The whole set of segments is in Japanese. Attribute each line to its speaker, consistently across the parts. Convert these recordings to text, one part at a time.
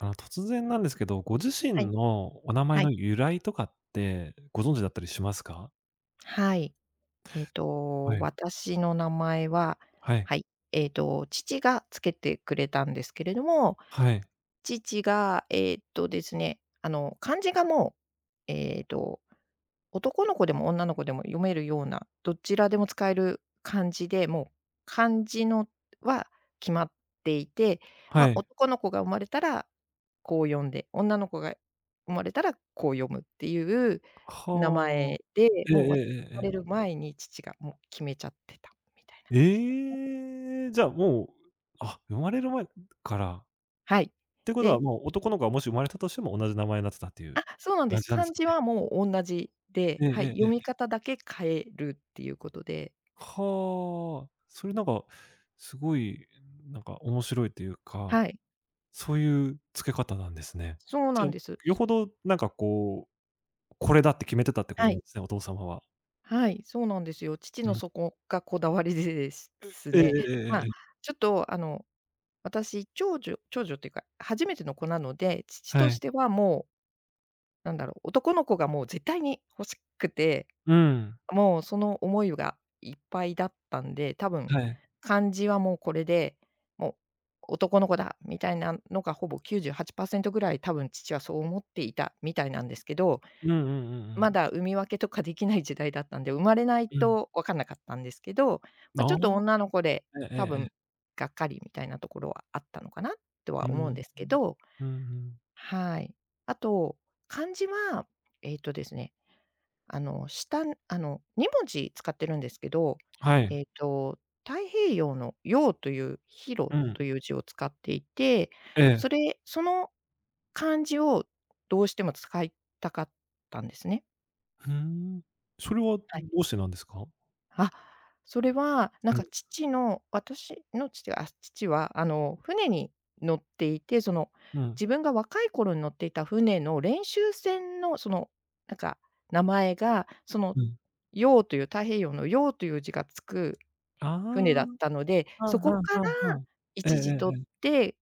Speaker 1: 突然なんですけど、ご自
Speaker 2: は
Speaker 1: 身
Speaker 2: い、
Speaker 1: のお名前
Speaker 2: は
Speaker 1: の
Speaker 2: い、
Speaker 1: 由来とかってご存知だったりしますか？
Speaker 2: はい。
Speaker 1: はい。
Speaker 2: 私の名前は、
Speaker 1: はい。
Speaker 2: はい、父がつけてくれたんですけれども、
Speaker 1: はい。
Speaker 2: 父が、えっとですね、あの、漢字がもう、えっと、男の子でも女の子でも読めるような、どちらでも使える漢字で、もう漢字のは決まっていて、ま
Speaker 1: は
Speaker 2: あ、
Speaker 1: い。
Speaker 2: 男の子が生まれたらこう呼んで、女の子が生まれたらこう読むっていう名
Speaker 1: はあ。
Speaker 2: 前で、
Speaker 1: えええ
Speaker 2: もうわ
Speaker 1: え
Speaker 2: 生まれ
Speaker 1: え
Speaker 2: る
Speaker 1: え。
Speaker 2: 前に父がもう決めちゃってたみたいな感じ。
Speaker 1: ええ！じゃあ、もう、あ、生まれる前から。
Speaker 2: はい。
Speaker 1: ってことは
Speaker 2: で
Speaker 1: もう男の子がもし生まれたとしても同じ名前になってたっていう
Speaker 2: そうなんで
Speaker 1: 感
Speaker 2: す。
Speaker 1: じなんです
Speaker 2: 漢
Speaker 1: か
Speaker 2: 字
Speaker 1: ね。
Speaker 2: はもう同じで、
Speaker 1: ええ
Speaker 2: はい、
Speaker 1: えええ
Speaker 2: 読み
Speaker 1: え。
Speaker 2: 方だけ変えるっていうことで、
Speaker 1: はあ。それなんか、すごい、面白いというか
Speaker 2: はい、
Speaker 1: そういう付け方なんですね。
Speaker 2: そう
Speaker 1: じ
Speaker 2: な
Speaker 1: ゃあ、
Speaker 2: んです。
Speaker 1: よほどこれだって決めてたってこと
Speaker 2: は
Speaker 1: なん
Speaker 2: い、
Speaker 1: ですね、お父様は。
Speaker 2: はい、そうなんですよ。父
Speaker 1: う
Speaker 2: の
Speaker 1: ん。
Speaker 2: そこがこだわりでです
Speaker 1: えええええ
Speaker 2: ね、ま
Speaker 1: ええ
Speaker 2: あ、
Speaker 1: え。
Speaker 2: ちょっとあの、私長女っていうか初めての子なので、父
Speaker 1: は
Speaker 2: とし
Speaker 1: い。
Speaker 2: てはもうなんだろう、男の子がもう絶対に欲しくて、
Speaker 1: うん。
Speaker 2: もうその思いがいっぱいだったんで、多分
Speaker 1: はい。
Speaker 2: 漢字はもうこれで、もう男の子だみたいなのがほぼ98%ぐらい多分父はそう思っていたみたいなんですけど、
Speaker 1: うんうんうんう
Speaker 2: ま
Speaker 1: ん。
Speaker 2: だ産み分けとかできない時代だったんで、生まれない
Speaker 1: うん。
Speaker 2: と分かんなかったんですけど、まあ、ち
Speaker 1: あ
Speaker 2: ょ
Speaker 1: あ、
Speaker 2: っと女の子で
Speaker 1: ええええ
Speaker 2: 多
Speaker 1: え
Speaker 2: 分
Speaker 1: え。
Speaker 2: がっかりみたいなところはあったのかなと
Speaker 1: う
Speaker 2: は思うん
Speaker 1: ん。
Speaker 2: ですけど、
Speaker 1: うんうん。
Speaker 2: はい。あと、漢字は、えっとですねあの、下あの、2文字使ってるんですけど、
Speaker 1: はい。
Speaker 2: えっと、太平洋の洋という広
Speaker 1: う
Speaker 2: と
Speaker 1: ん。
Speaker 2: いう字を使っていて、
Speaker 1: ええ。
Speaker 2: その漢字をどうしても使いたかったんですね。
Speaker 1: ふーん。それはど
Speaker 2: はい。
Speaker 1: うしてなんですか？
Speaker 2: あ、それはなん
Speaker 1: うん、
Speaker 2: か私の父はあの、船に乗っていて、その、
Speaker 1: うん、
Speaker 2: 自分が若い頃に乗っていた船の練習船のその、なんか名前が、その、
Speaker 1: うん。
Speaker 2: 洋という太平洋の洋という字がつく船だっ
Speaker 1: あ
Speaker 2: たので、
Speaker 1: あ、は
Speaker 2: そこ
Speaker 1: ん
Speaker 2: から
Speaker 1: はんはんはん。えええ
Speaker 2: 一字
Speaker 1: え
Speaker 2: 取
Speaker 1: ええ。
Speaker 2: って、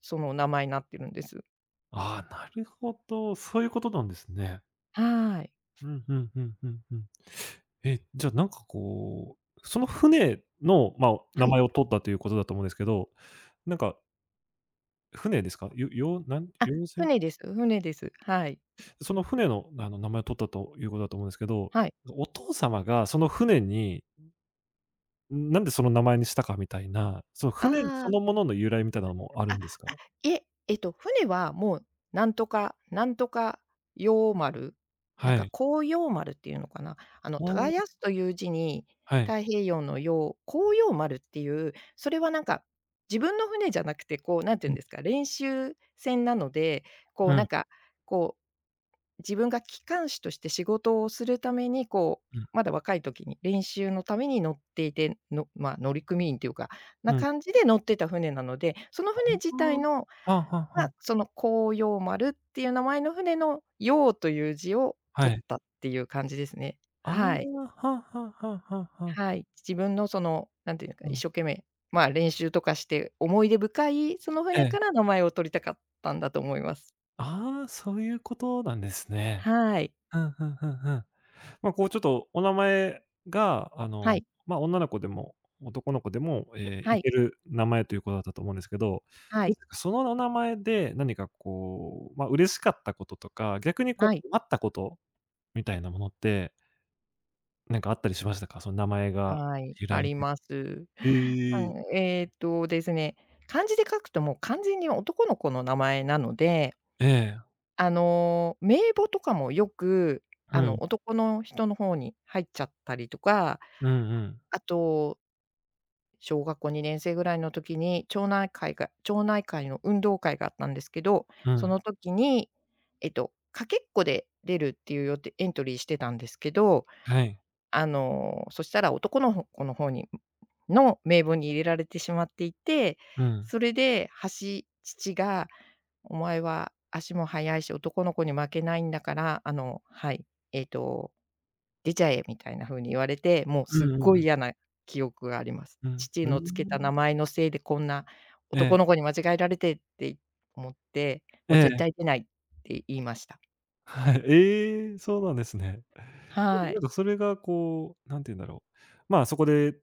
Speaker 2: その名前になってるんです。
Speaker 1: ああ、なるほど、そういうことなんですね。
Speaker 2: はい。
Speaker 1: うん、ふんふんふんふん。え、じゃあその船の、まあ、名
Speaker 2: はい。
Speaker 1: 前を取ったということだと思うんですけど、なんか船ですか？よようなん
Speaker 2: あ、
Speaker 1: 洋船？
Speaker 2: 船です。はい。
Speaker 1: その船の、名前を取ったということだと思うんですけど、
Speaker 2: はい。
Speaker 1: お父様がその船に、なんでその名前にしたかみたいな、その船そ
Speaker 2: ああ。
Speaker 1: のものの由来みたいなのもあるんですか？
Speaker 2: いえ、船はもう、なんとかなんとか陽丸、なん
Speaker 1: は
Speaker 2: か
Speaker 1: い。
Speaker 2: 紅葉丸っていうのかな。あの、
Speaker 1: あ
Speaker 2: 耕
Speaker 1: あ、
Speaker 2: すという字に、
Speaker 1: はい。
Speaker 2: 太平洋の洋、紅葉丸っていう、それはなんか、自分の船じゃなくて、こう、なんて
Speaker 1: う
Speaker 2: 言うん
Speaker 1: ん、
Speaker 2: ですか、練習船なので、こ
Speaker 1: う
Speaker 2: う、な
Speaker 1: ん、
Speaker 2: んか、こ自分が機関士として仕事をするために、こう、
Speaker 1: うん、
Speaker 2: まだ若い時に練習のために乗っていて、まあ、乗組員というか、
Speaker 1: う
Speaker 2: な
Speaker 1: ん。
Speaker 2: 感じで乗ってた船なので、その船自体の、
Speaker 1: ああ。はあはあは
Speaker 2: ま
Speaker 1: あ。
Speaker 2: あ、その紅葉丸っていう名前の船の「葉という字を
Speaker 1: は
Speaker 2: 取っ
Speaker 1: い。
Speaker 2: たっていう感じですね。
Speaker 1: ああ、は
Speaker 2: はい。
Speaker 1: あはあはあはあはあ。
Speaker 2: はい。自分のその、なんていうのか、
Speaker 1: う
Speaker 2: 一
Speaker 1: ん。
Speaker 2: 生懸命、まあ、練習とかして思い出深い、その
Speaker 1: え
Speaker 2: 船か
Speaker 1: え。
Speaker 2: ら名前を取りたかったんだと思います。
Speaker 1: ああ、そういうことなんですね。
Speaker 2: はい。
Speaker 1: うん、ふんふんふん。ま、こうちょっとお名前が、
Speaker 2: はい。
Speaker 1: ま、女の子でも男の子でも、ええ、
Speaker 2: は
Speaker 1: い
Speaker 2: い。
Speaker 1: ける名前ということだったと思うんですけど、ど
Speaker 2: は
Speaker 1: うで
Speaker 2: い。
Speaker 1: すか、そのお名前で何かこう、ま、嬉しかったこととか、逆にこ
Speaker 2: はい。
Speaker 1: う困ったことみたいなものって、なんかあったりしましたか？その名前が
Speaker 2: はい、
Speaker 1: 由
Speaker 2: あ
Speaker 1: 来
Speaker 2: り
Speaker 1: で。
Speaker 2: ます。あ
Speaker 1: ええ。
Speaker 2: ん、えっとですね、漢字で書くともう完全に男の子の名前なので、
Speaker 1: ええ。
Speaker 2: あの、名簿とかもよく、
Speaker 1: う
Speaker 2: あ
Speaker 1: ん。
Speaker 2: の、男の人の方に入っちゃったりとか、
Speaker 1: うんうん。
Speaker 2: あと、小学校2年生ぐらいの時に、町内会の運動会があったんですけど、
Speaker 1: う
Speaker 2: そ
Speaker 1: ん。
Speaker 2: の時に、かけっこで出るっていうよてエントリーしてたんですけど、
Speaker 1: はい。
Speaker 2: あの、そしたら男の子の方にの名簿に入れられてしまっていて、
Speaker 1: うん。
Speaker 2: それで父が「お前は足も速いし、男の子に負けないんだから、あの、はい、えっと、出ちゃえ」みたいな風に言われて、もう
Speaker 1: う
Speaker 2: すっ
Speaker 1: んうん
Speaker 2: ご
Speaker 1: う
Speaker 2: い
Speaker 1: ん。
Speaker 2: 嫌な記憶があります。
Speaker 1: うん。
Speaker 2: 父
Speaker 1: うー
Speaker 2: のつけた
Speaker 1: ん。
Speaker 2: 名前のせいでこんな
Speaker 1: え
Speaker 2: 男の子
Speaker 1: え。
Speaker 2: に間違えられてって思って、
Speaker 1: え
Speaker 2: もう絶
Speaker 1: え。
Speaker 2: 対出ないって言いました。
Speaker 1: はい。ええ、そうなんですね。で
Speaker 2: は
Speaker 1: もなん
Speaker 2: い。
Speaker 1: かそれがこう、なんて言うんだろう。まあ、そこで、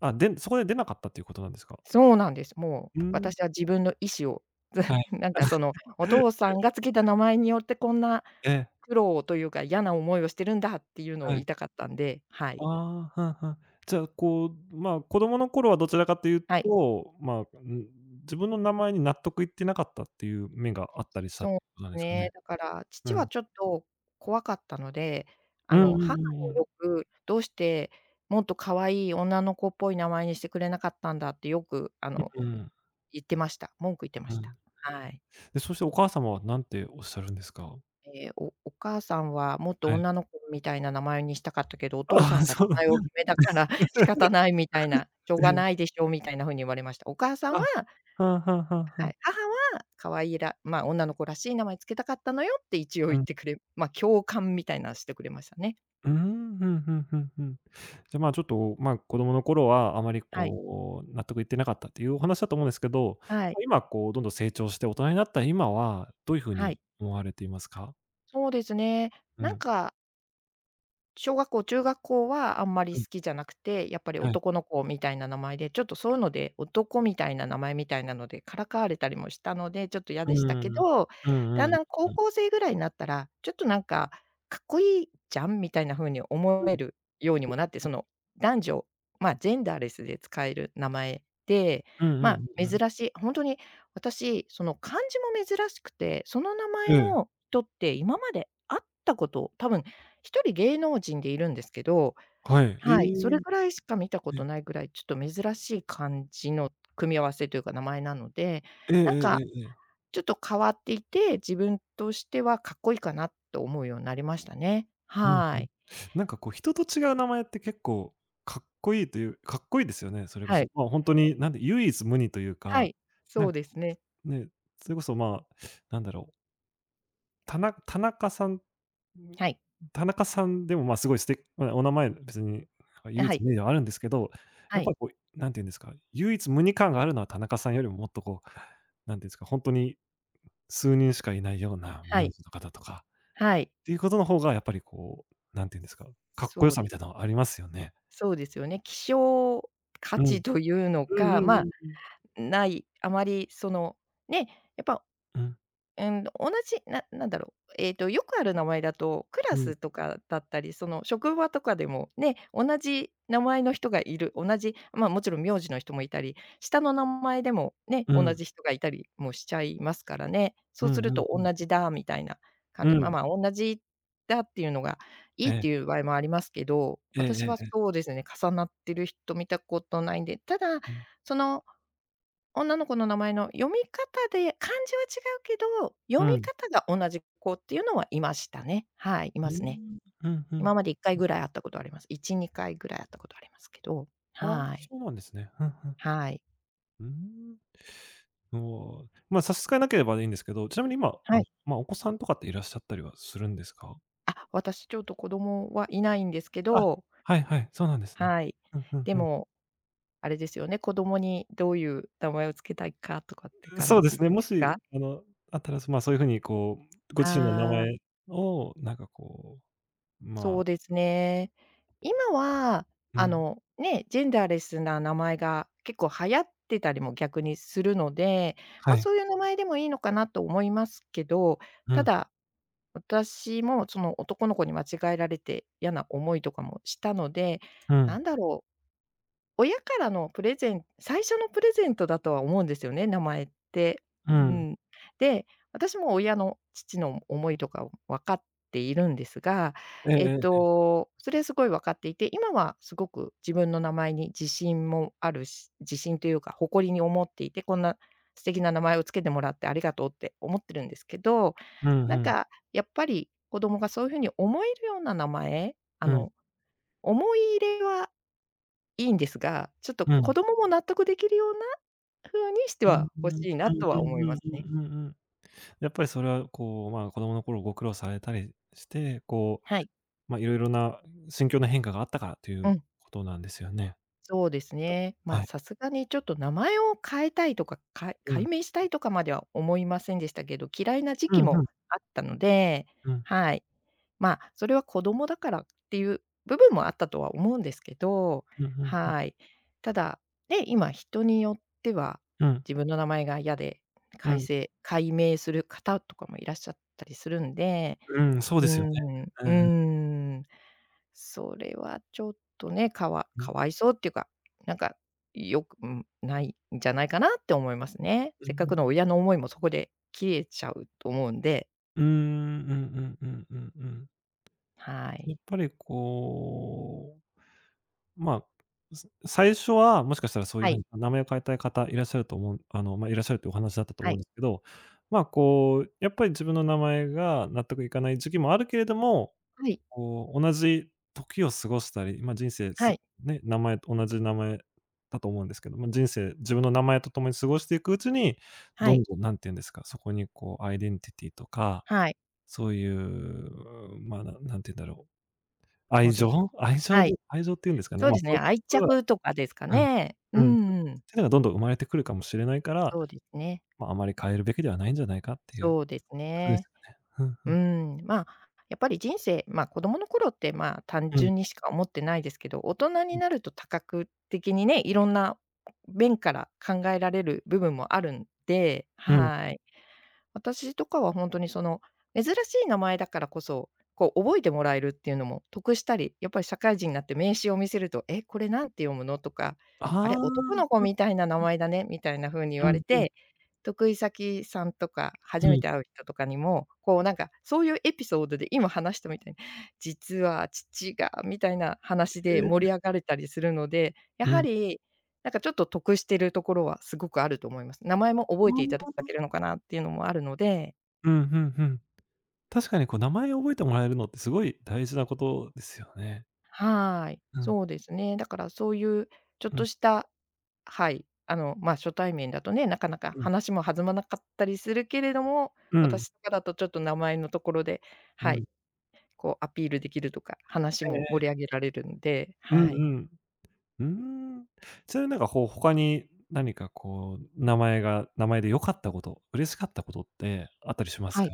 Speaker 1: あ、でそこで出なかったっていうことなんですか？
Speaker 2: そうなんです。も
Speaker 1: うー
Speaker 2: う
Speaker 1: ん、
Speaker 2: 私は自分の意思を、
Speaker 1: は い。
Speaker 2: なんかその、お父さんがつけた名前によってこんな
Speaker 1: ええ、
Speaker 2: 苦労というか、嫌な思いをしてるんだっていうのを
Speaker 1: はい。
Speaker 2: 言いたかったんで、は
Speaker 1: あ
Speaker 2: い。
Speaker 1: あ、はんはん。じゃあ、こう、まあ、子供の頃はどちらかという
Speaker 2: はい。
Speaker 1: と、まあ、ん、自分の名前に納得いってなかったっていう面があったりしたっ
Speaker 2: そう
Speaker 1: て
Speaker 2: で
Speaker 1: ことなん
Speaker 2: す
Speaker 1: ですかね？
Speaker 2: ね、だから
Speaker 1: う
Speaker 2: 父は
Speaker 1: ん。
Speaker 2: ちょっと怖かったので、
Speaker 1: う
Speaker 2: あ
Speaker 1: んう
Speaker 2: の、
Speaker 1: ん
Speaker 2: 母
Speaker 1: うんう
Speaker 2: に
Speaker 1: ん。
Speaker 2: よく「どうしてもっと可愛い女の子っぽい名前にしてくれなかったんだ」ってよく、あの、
Speaker 1: うん
Speaker 2: 言ってました。文句言ってま
Speaker 1: う
Speaker 2: した。
Speaker 1: ん。
Speaker 2: はい。
Speaker 1: で、そしてお母様は何ておっしゃるんですか？
Speaker 2: ええ、お母さんはもっと
Speaker 1: はい。
Speaker 2: 女の子みたいな名前にしたかったけど、お父
Speaker 1: あ
Speaker 2: さん
Speaker 1: あ、
Speaker 2: が
Speaker 1: そうな
Speaker 2: 名
Speaker 1: ん
Speaker 2: 前
Speaker 1: で
Speaker 2: を
Speaker 1: す。
Speaker 2: 決めたから 仕方 ないみたいな、しょう
Speaker 1: え
Speaker 2: が
Speaker 1: え。
Speaker 2: ないでしょみたいな風に言われました。お母さん
Speaker 1: あ、
Speaker 2: は
Speaker 1: はんはんはんは
Speaker 2: は
Speaker 1: ん。
Speaker 2: い、母は可愛いらまあ、女の子らしい名前つけたかったのよって一応
Speaker 1: う
Speaker 2: 言っ
Speaker 1: ん。
Speaker 2: てくれま、共感みたいなしてくれましたね。
Speaker 1: うーん、ふんふんふんふん。じゃ、まあ、ちょっと、まあ、子供の頃はあまり
Speaker 2: はい。
Speaker 1: こう、納得いってなかったっていうお話だと思うんですけど、
Speaker 2: はい。
Speaker 1: ま、今こうどんどん成長して大人になった今は、どういう風
Speaker 2: は
Speaker 1: に
Speaker 2: い。
Speaker 1: 思われていますか？
Speaker 2: そうですね。
Speaker 1: う
Speaker 2: なん
Speaker 1: ん。
Speaker 2: か小学校、中学校はあんまり
Speaker 1: うん。
Speaker 2: 好きじゃなくて、やっぱり
Speaker 1: はい。
Speaker 2: 男の子みたいな名前で、ちょっとそういうので、男みたいな名前みたいなのでからかわれたりもしたので、ちょっと嫌
Speaker 1: う
Speaker 2: でした
Speaker 1: ー
Speaker 2: け
Speaker 1: ん。
Speaker 2: ど、
Speaker 1: うんう
Speaker 2: だ
Speaker 1: んう
Speaker 2: ん
Speaker 1: ん
Speaker 2: だん
Speaker 1: う
Speaker 2: 高
Speaker 1: ん。
Speaker 2: 校生ぐらいになったら、ちょっとなんか、かっこいいじゃんみたいな風に思
Speaker 1: うん。
Speaker 2: えるようにもなって、その男女、ま、ジェンダーレスで使える名前で、
Speaker 1: うんう
Speaker 2: ま、
Speaker 1: んうんうん。
Speaker 2: 珍しい、本当に私、その漢字も珍しくて、その名
Speaker 1: え
Speaker 2: 前
Speaker 1: え、
Speaker 2: の人って今まで会ったこと、多分一人芸能人でいるんですけど、
Speaker 1: はい。え
Speaker 2: はい、それ
Speaker 1: え。
Speaker 2: ぐらいしか見たこ
Speaker 1: え。
Speaker 2: とないぐらい、ちょっと珍しい感じの組み合わせというか、名前なので、
Speaker 1: ええ
Speaker 2: なん
Speaker 1: えええ
Speaker 2: か
Speaker 1: えええ。
Speaker 2: ちょっと変わっていて、自分としてはかっこいいかなと思うようになりましたね。
Speaker 1: うんう
Speaker 2: は
Speaker 1: ん。
Speaker 2: い。
Speaker 1: なんかこう人と違う名前って結構かっこいいというかっこいいですよね、それこ
Speaker 2: は
Speaker 1: そ。
Speaker 2: い。
Speaker 1: まあ、本当になんで唯一無二という
Speaker 2: は
Speaker 1: か、
Speaker 2: い。
Speaker 1: な
Speaker 2: そ
Speaker 1: ん
Speaker 2: う
Speaker 1: か
Speaker 2: で
Speaker 1: こ
Speaker 2: すね。
Speaker 1: う、ね、それこそまあ、なんだろう、田中田中さん
Speaker 2: はい。
Speaker 1: 田中さんでもまあすごい素敵ま、お名前別に唯
Speaker 2: は
Speaker 1: 一
Speaker 2: い。
Speaker 1: 無二ではあるんですけど、や
Speaker 2: は
Speaker 1: っぱ
Speaker 2: い。
Speaker 1: りこう、なんて言うんですか、唯一無二感があるのは田中さんよりももっとこう、なんて言うんですか、本当に数人しかいないような名
Speaker 2: はい。
Speaker 1: 字の方とか
Speaker 2: はい。
Speaker 1: ていうことの方がやっぱりこう、なんていうんですか、かっこよ
Speaker 2: そう
Speaker 1: さ
Speaker 2: で
Speaker 1: みた
Speaker 2: す。
Speaker 1: いなのはありますよね。
Speaker 2: そうですよね。希少価
Speaker 1: うん。
Speaker 2: 値というの
Speaker 1: うん
Speaker 2: か、
Speaker 1: う
Speaker 2: まあ、
Speaker 1: んうん
Speaker 2: ない、あまりその、ね、やっぱ
Speaker 1: うん。
Speaker 2: うん、同じ、ななんだろう、よくある名前だと、ク
Speaker 1: う
Speaker 2: ラ
Speaker 1: ん、うん、
Speaker 2: スとかだったり、その職場とかでも、ね、同じ名前の人がいる、同じ、ま、もちろん名字の人もいたり、下の名前でもね、
Speaker 1: う
Speaker 2: 同
Speaker 1: ん、
Speaker 2: じ人がいたりもしちゃいますからね。
Speaker 1: う
Speaker 2: そう
Speaker 1: ん
Speaker 2: する
Speaker 1: うん
Speaker 2: と
Speaker 1: うん。
Speaker 2: 同じだみたいな
Speaker 1: う
Speaker 2: 感じ、まあ
Speaker 1: ん。
Speaker 2: ま、あ同じだっていうのがいいっ
Speaker 1: え
Speaker 2: てい
Speaker 1: え
Speaker 2: う場合もありますけど、
Speaker 1: えええ
Speaker 2: 私
Speaker 1: え
Speaker 2: は
Speaker 1: ええ、
Speaker 2: そうですね、重なってる人見たことないんで、ただ、
Speaker 1: うん。
Speaker 2: その女の子の名前の読み方で、漢字は違うけど、
Speaker 1: う
Speaker 2: 読み
Speaker 1: ん。
Speaker 2: 方が同じ子っていうのはいましたね。はい、い
Speaker 1: う
Speaker 2: ま
Speaker 1: ー
Speaker 2: すね。
Speaker 1: ん、うんうんうんうんう
Speaker 2: 今
Speaker 1: ん
Speaker 2: まで1回ぐらい会ったことあります。1、2回ぐらい会ったことありますけど、
Speaker 1: ああ、
Speaker 2: はい。
Speaker 1: そうなんですね。ふんふん。
Speaker 2: はい。
Speaker 1: うーん。おお、ま、差し支えなければでいいんですけど、ちなみに今、
Speaker 2: はい。
Speaker 1: ま、お子さんとかっていらっしゃったりはするんですか？
Speaker 2: あ、私ちょっと子供はいないんですけ
Speaker 1: あ、
Speaker 2: ど、
Speaker 1: はいはい、そうなんですね。
Speaker 2: はい。
Speaker 1: ふんふん
Speaker 2: で
Speaker 1: ふん。
Speaker 2: も、あれですよね、子供にどういう名前をつけたいかとかって
Speaker 1: うそ
Speaker 2: 感
Speaker 1: うで
Speaker 2: じ
Speaker 1: す
Speaker 2: で
Speaker 1: ね、も
Speaker 2: す
Speaker 1: し、
Speaker 2: か？
Speaker 1: あったら、そま、そういう風にこう、ご自身の名
Speaker 2: あ
Speaker 1: 前
Speaker 2: あ。
Speaker 1: をなんかこうま
Speaker 2: そ
Speaker 1: あ、
Speaker 2: うですね。今は、
Speaker 1: う
Speaker 2: あ
Speaker 1: ん、
Speaker 2: の、ね、ジェンダーレスな名前が結構流行ってたりも逆にするので、
Speaker 1: は
Speaker 2: ま、
Speaker 1: い。
Speaker 2: そういう名前でもいいのかなと思いますけど、
Speaker 1: う
Speaker 2: た
Speaker 1: ん、
Speaker 2: だ、私もその男の子に間違えられて嫌な思いとかもしたので、
Speaker 1: う
Speaker 2: な
Speaker 1: ん、
Speaker 2: んだろう、親からのプレゼン最初のプレゼントだとは思うんですよね、名前って。
Speaker 1: う
Speaker 2: う
Speaker 1: ん。
Speaker 2: ん。で、私も親の父の思いとかを分かっているんですが、
Speaker 1: ええええ。
Speaker 2: それはすごい分かっていて、今はすごく自分の名前に自信もあるし自信というか誇りに思っていて、こんな素敵な名前をつけてもらってありがとうって思ってるんですけど、
Speaker 1: うん
Speaker 2: な
Speaker 1: う
Speaker 2: ん
Speaker 1: ん、
Speaker 2: かやっぱり子供がそういうふうに思えるような名前、
Speaker 1: うん、うん。
Speaker 2: 思い入れはいいんですが、ちょっと
Speaker 1: う
Speaker 2: 子
Speaker 1: ん
Speaker 2: 供も納得できるような風にして
Speaker 1: うん、
Speaker 2: は
Speaker 1: うん
Speaker 2: 欲しいな
Speaker 1: うん
Speaker 2: と
Speaker 1: う
Speaker 2: は思いま
Speaker 1: ん
Speaker 2: す
Speaker 1: う
Speaker 2: ね。
Speaker 1: んうんうん。やっぱりそれはこう、まあ、子供の頃ご苦労されたりして、こう、
Speaker 2: はい。
Speaker 1: ま、色々な心境の変化があったからとい
Speaker 2: う
Speaker 1: う
Speaker 2: ん、
Speaker 1: ことなんですよね？
Speaker 2: そうです
Speaker 1: と、
Speaker 2: ね。
Speaker 1: は
Speaker 2: まあ、
Speaker 1: い。
Speaker 2: さすがにちょっと名前を変えたいとか、
Speaker 1: うん。
Speaker 2: 改名したいとかまでは思いませんでしたけど、嫌いな時
Speaker 1: う
Speaker 2: 期
Speaker 1: んう
Speaker 2: も
Speaker 1: ん、
Speaker 2: あったので、
Speaker 1: うん、
Speaker 2: はい。まあ、それは子供だからっていう部分もあったとは思うんですけど、
Speaker 1: うんうんうん、
Speaker 2: はい。ただ、ね、今人によっては、
Speaker 1: うん、
Speaker 2: 自分の名前が嫌で、
Speaker 1: う
Speaker 2: 改名する方とかもいらっしゃったりするんで、
Speaker 1: ん、うん、そう
Speaker 2: う
Speaker 1: で
Speaker 2: ー
Speaker 1: すよね。
Speaker 2: ん、う
Speaker 1: う
Speaker 2: ー
Speaker 1: んうん
Speaker 2: ん、それはちょっとね、
Speaker 1: うん、
Speaker 2: かわいそうっていうか、なんか、良く、うん、ないんじゃないかなって思いますね。
Speaker 1: うん
Speaker 2: せっか
Speaker 1: うん。
Speaker 2: くの親の思いもそこで切れちゃうと思うんで、
Speaker 1: うーん、うんうんうんうんうん。
Speaker 2: はい。
Speaker 1: やっぱりこうまあ、す最初は、もしかしたらそういう
Speaker 2: は
Speaker 1: 風
Speaker 2: い、
Speaker 1: に名前を変えたい方いらっしゃると思うま、いらっしゃるってお話だったと思
Speaker 2: は
Speaker 1: うん
Speaker 2: い、
Speaker 1: ですけど、まあ、こう、やっぱり自分の名前が納得いかない時期もあるけれども、
Speaker 2: はい、
Speaker 1: こう、同じ時を過ごしたり、ま、人生
Speaker 2: は
Speaker 1: す
Speaker 2: い。
Speaker 1: ね、名前名前だと思うんですけど、ま、人生、自分の名前と共に過ごしていくうちに、
Speaker 2: は
Speaker 1: どん
Speaker 2: い。
Speaker 1: どん何て言うんですか、そこにこうアイデンティティとか、
Speaker 2: はい。
Speaker 1: そういう、ま、何て言うんだろう、
Speaker 2: そうです。はい。
Speaker 1: 愛情っていうんですかね、
Speaker 2: そう
Speaker 1: ま、
Speaker 2: です
Speaker 1: そう
Speaker 2: ね、
Speaker 1: いうと
Speaker 2: 愛
Speaker 1: ころが
Speaker 2: 着とかですか
Speaker 1: うん。
Speaker 2: ね。う
Speaker 1: うん。て
Speaker 2: んうん。
Speaker 1: いうのがどんどん生まれてくるかもしれないから、
Speaker 2: そうですね。
Speaker 1: ま、あまり変えるべきではないんじゃないかっていう
Speaker 2: そうです
Speaker 1: ことです
Speaker 2: ね。
Speaker 1: よね。ふんふ
Speaker 2: う
Speaker 1: ん。
Speaker 2: ん、まあ、やっぱり人生、まあ、子供の頃って、まあ、単
Speaker 1: うん、
Speaker 2: 純にしか思ってないですけど、大人に
Speaker 1: う
Speaker 2: なると多角的にね、いろんな面から考えられる部分もあるんで、
Speaker 1: ん、うん。
Speaker 2: はい。私とかは本当にその、珍しい名前だからこそ、こう覚えてもらえるっていうのも得したり、やっぱり社会人になって名刺を見せると、「え、これなんて読むの？」とか、「あれ、
Speaker 1: あ
Speaker 2: 男の子
Speaker 1: あ、う
Speaker 2: みたいな名前だね」みたいな風に言
Speaker 1: ん
Speaker 2: われ
Speaker 1: うん、うん。
Speaker 2: て、得意先さんとか、
Speaker 1: う
Speaker 2: 初め
Speaker 1: ん。
Speaker 2: て会う人とかにも、こうなんか、そういうエピソードで今話したみたいに、実は父がみたいな話で盛り上がれたりするので、や
Speaker 1: う
Speaker 2: はり、なんかちょっと得してるところはすごくあると思います。名前も覚えていただ
Speaker 1: ん、
Speaker 2: けるのかなっていうのもあるので、
Speaker 1: ふんふん。確かにこう名前を覚えてもらえるのってすごい大事なことですよね。
Speaker 2: はい、
Speaker 1: うん、
Speaker 2: そうですね。だからそういうちょっ
Speaker 1: うん、
Speaker 2: とした、はい、ま、初対面だとね、なかなか
Speaker 1: うん。
Speaker 2: 話も弾まなかったりするけれども、
Speaker 1: うん、
Speaker 2: 私とかだとちょっと名前のところで、
Speaker 1: う
Speaker 2: は
Speaker 1: ん。
Speaker 2: い、こうアピールできるとか、話
Speaker 1: え
Speaker 2: も
Speaker 1: え。
Speaker 2: 盛り上げられるんで、
Speaker 1: うん
Speaker 2: はい。
Speaker 1: うん。うーん。それなんかこう、他に何かこう、名前が名前で良かったこと、嬉しかったことってあったりします
Speaker 2: はい。
Speaker 1: か？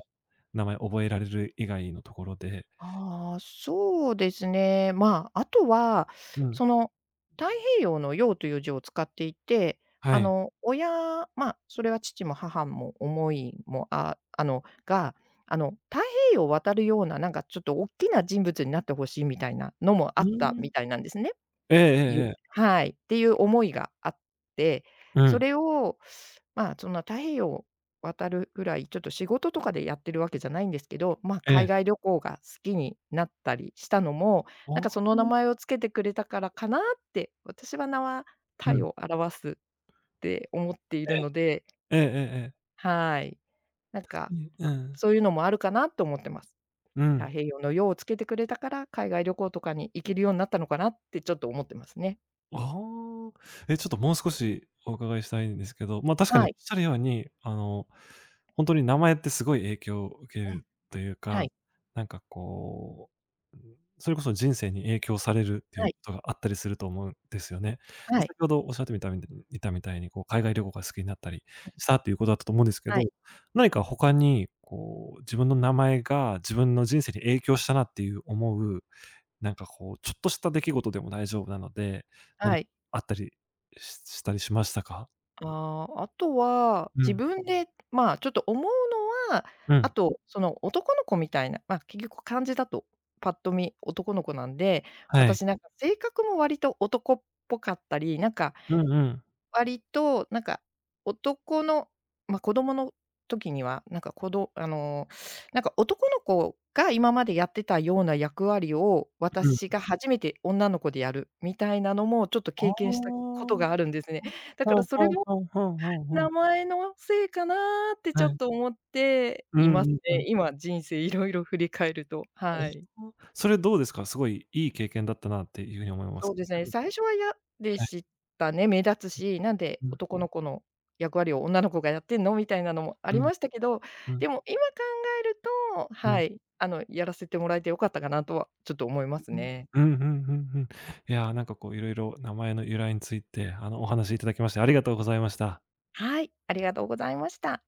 Speaker 1: 名前覚えられる以外のところで。
Speaker 2: ああ、そうですね。まあ、あとは、
Speaker 1: うん。
Speaker 2: その、太平洋の洋という字を使っていて、
Speaker 1: はい。
Speaker 2: まあ、それは父も母も思いも、ああの、が、あの、太平洋を渡るような、なんかちょっと大きな人物になってほしいみたいなのもあ
Speaker 1: う
Speaker 2: っ
Speaker 1: ー
Speaker 2: た
Speaker 1: ん。
Speaker 2: みたいなんですね。
Speaker 1: えええ
Speaker 2: ゆ
Speaker 1: えええ。
Speaker 2: はい。っていう思いがあって、
Speaker 1: う
Speaker 2: そ
Speaker 1: ん。
Speaker 2: れを、まあ、そんな太平洋渡るぐらい、ちょっと仕事とかでやってるわけじゃないんですけど、まあ、
Speaker 1: え
Speaker 2: 海
Speaker 1: え。
Speaker 2: 外旅行が好きになったりしたのも、なんか
Speaker 1: あ
Speaker 2: その名前
Speaker 1: あ。
Speaker 2: をつけてくれたからかなって、私は名は
Speaker 1: う
Speaker 2: タイ
Speaker 1: ん。
Speaker 2: を表すって思ってい
Speaker 1: え
Speaker 2: る
Speaker 1: え。
Speaker 2: ので、
Speaker 1: ええええええ。
Speaker 2: はい。なん
Speaker 1: 確か
Speaker 2: か、
Speaker 1: にうん。
Speaker 2: そういうのもあるかなと思ってます。
Speaker 1: う
Speaker 2: 太
Speaker 1: ん。
Speaker 2: 平洋の洋をつけてくれたから、海外旅行とかに行けるようになったのかなってちょっと思ってますね。
Speaker 1: ああ。え、ちょっともう少しお伺いしたいんですけど、まあ、確かに
Speaker 2: は
Speaker 1: おっ
Speaker 2: い。
Speaker 1: しゃるように、ほんとに名前ってすごい影響を受け
Speaker 2: う
Speaker 1: る
Speaker 2: ん。
Speaker 1: という
Speaker 2: は
Speaker 1: か、
Speaker 2: い。
Speaker 1: なんかこう、うん、それこそ人生に影響されるってい
Speaker 2: は
Speaker 1: う
Speaker 2: い、
Speaker 1: ことがあったりすると思うんですよね。で、
Speaker 2: はい、
Speaker 1: 先ほどおっしゃってみたみたいたみたいに、こう海外旅行が好きになったりしたっていうことだったと思うんですけ
Speaker 2: は
Speaker 1: ど、
Speaker 2: い、
Speaker 1: 何か他にこう、自分の名前が自分の人生に影響したなっていう思うなんかこう、ちょっとした出来事でも大丈夫なので、何
Speaker 2: は
Speaker 1: か
Speaker 2: い。
Speaker 1: あったりしましたか？
Speaker 2: ああ、あとは、
Speaker 1: う
Speaker 2: 自
Speaker 1: ん、
Speaker 2: 分で、まあ、ちょっと思うのは、
Speaker 1: う
Speaker 2: あ
Speaker 1: ん、
Speaker 2: と、その、男の子みたいな、まあ、結局漢字だと、パッと見男の子なんで、
Speaker 1: はい。
Speaker 2: 私なんか性格も割と男っぽかったり、なんか
Speaker 1: うんうん、
Speaker 2: 割となんか、男のまあ、子供の時には、なんか子どなんか男の子が今までやってたような役割を、
Speaker 1: うん。
Speaker 2: 私が初めて女の子でやるみたいなのも、ちょっと
Speaker 1: ああ。
Speaker 2: 経験したことがあるんですね。だか
Speaker 1: ほ
Speaker 2: ら
Speaker 1: う
Speaker 2: それ
Speaker 1: ほう
Speaker 2: も
Speaker 1: ほうほうほうほう。
Speaker 2: 名前のせいかなってち
Speaker 1: は
Speaker 2: ょっ
Speaker 1: い。
Speaker 2: と思って
Speaker 1: う
Speaker 2: い
Speaker 1: んう
Speaker 2: ます
Speaker 1: んう
Speaker 2: ね。
Speaker 1: ん。
Speaker 2: 今人生いろいろ振り返ると、はい。
Speaker 1: ああ、それどうですか？すごいいい経験だったなっていう風に思います。
Speaker 2: そうですね、最 初は嫌で
Speaker 1: はい。
Speaker 2: したね。目立つし、なんで
Speaker 1: うん、
Speaker 2: 男の子の役割を女の子がやってんのみたいなのもあ
Speaker 1: う
Speaker 2: り
Speaker 1: ん、
Speaker 2: ましたけど、
Speaker 1: うん、う
Speaker 2: で
Speaker 1: ん。
Speaker 2: も今考えると、
Speaker 1: うん、
Speaker 2: はい、やらせてもらえてよかったかなとはちょっと思いますね。
Speaker 1: うん、うん、うん。いや、なんかこう色々名前の由来について、お話しいただきましてありがとうございました。
Speaker 2: はい、ありがとうございました。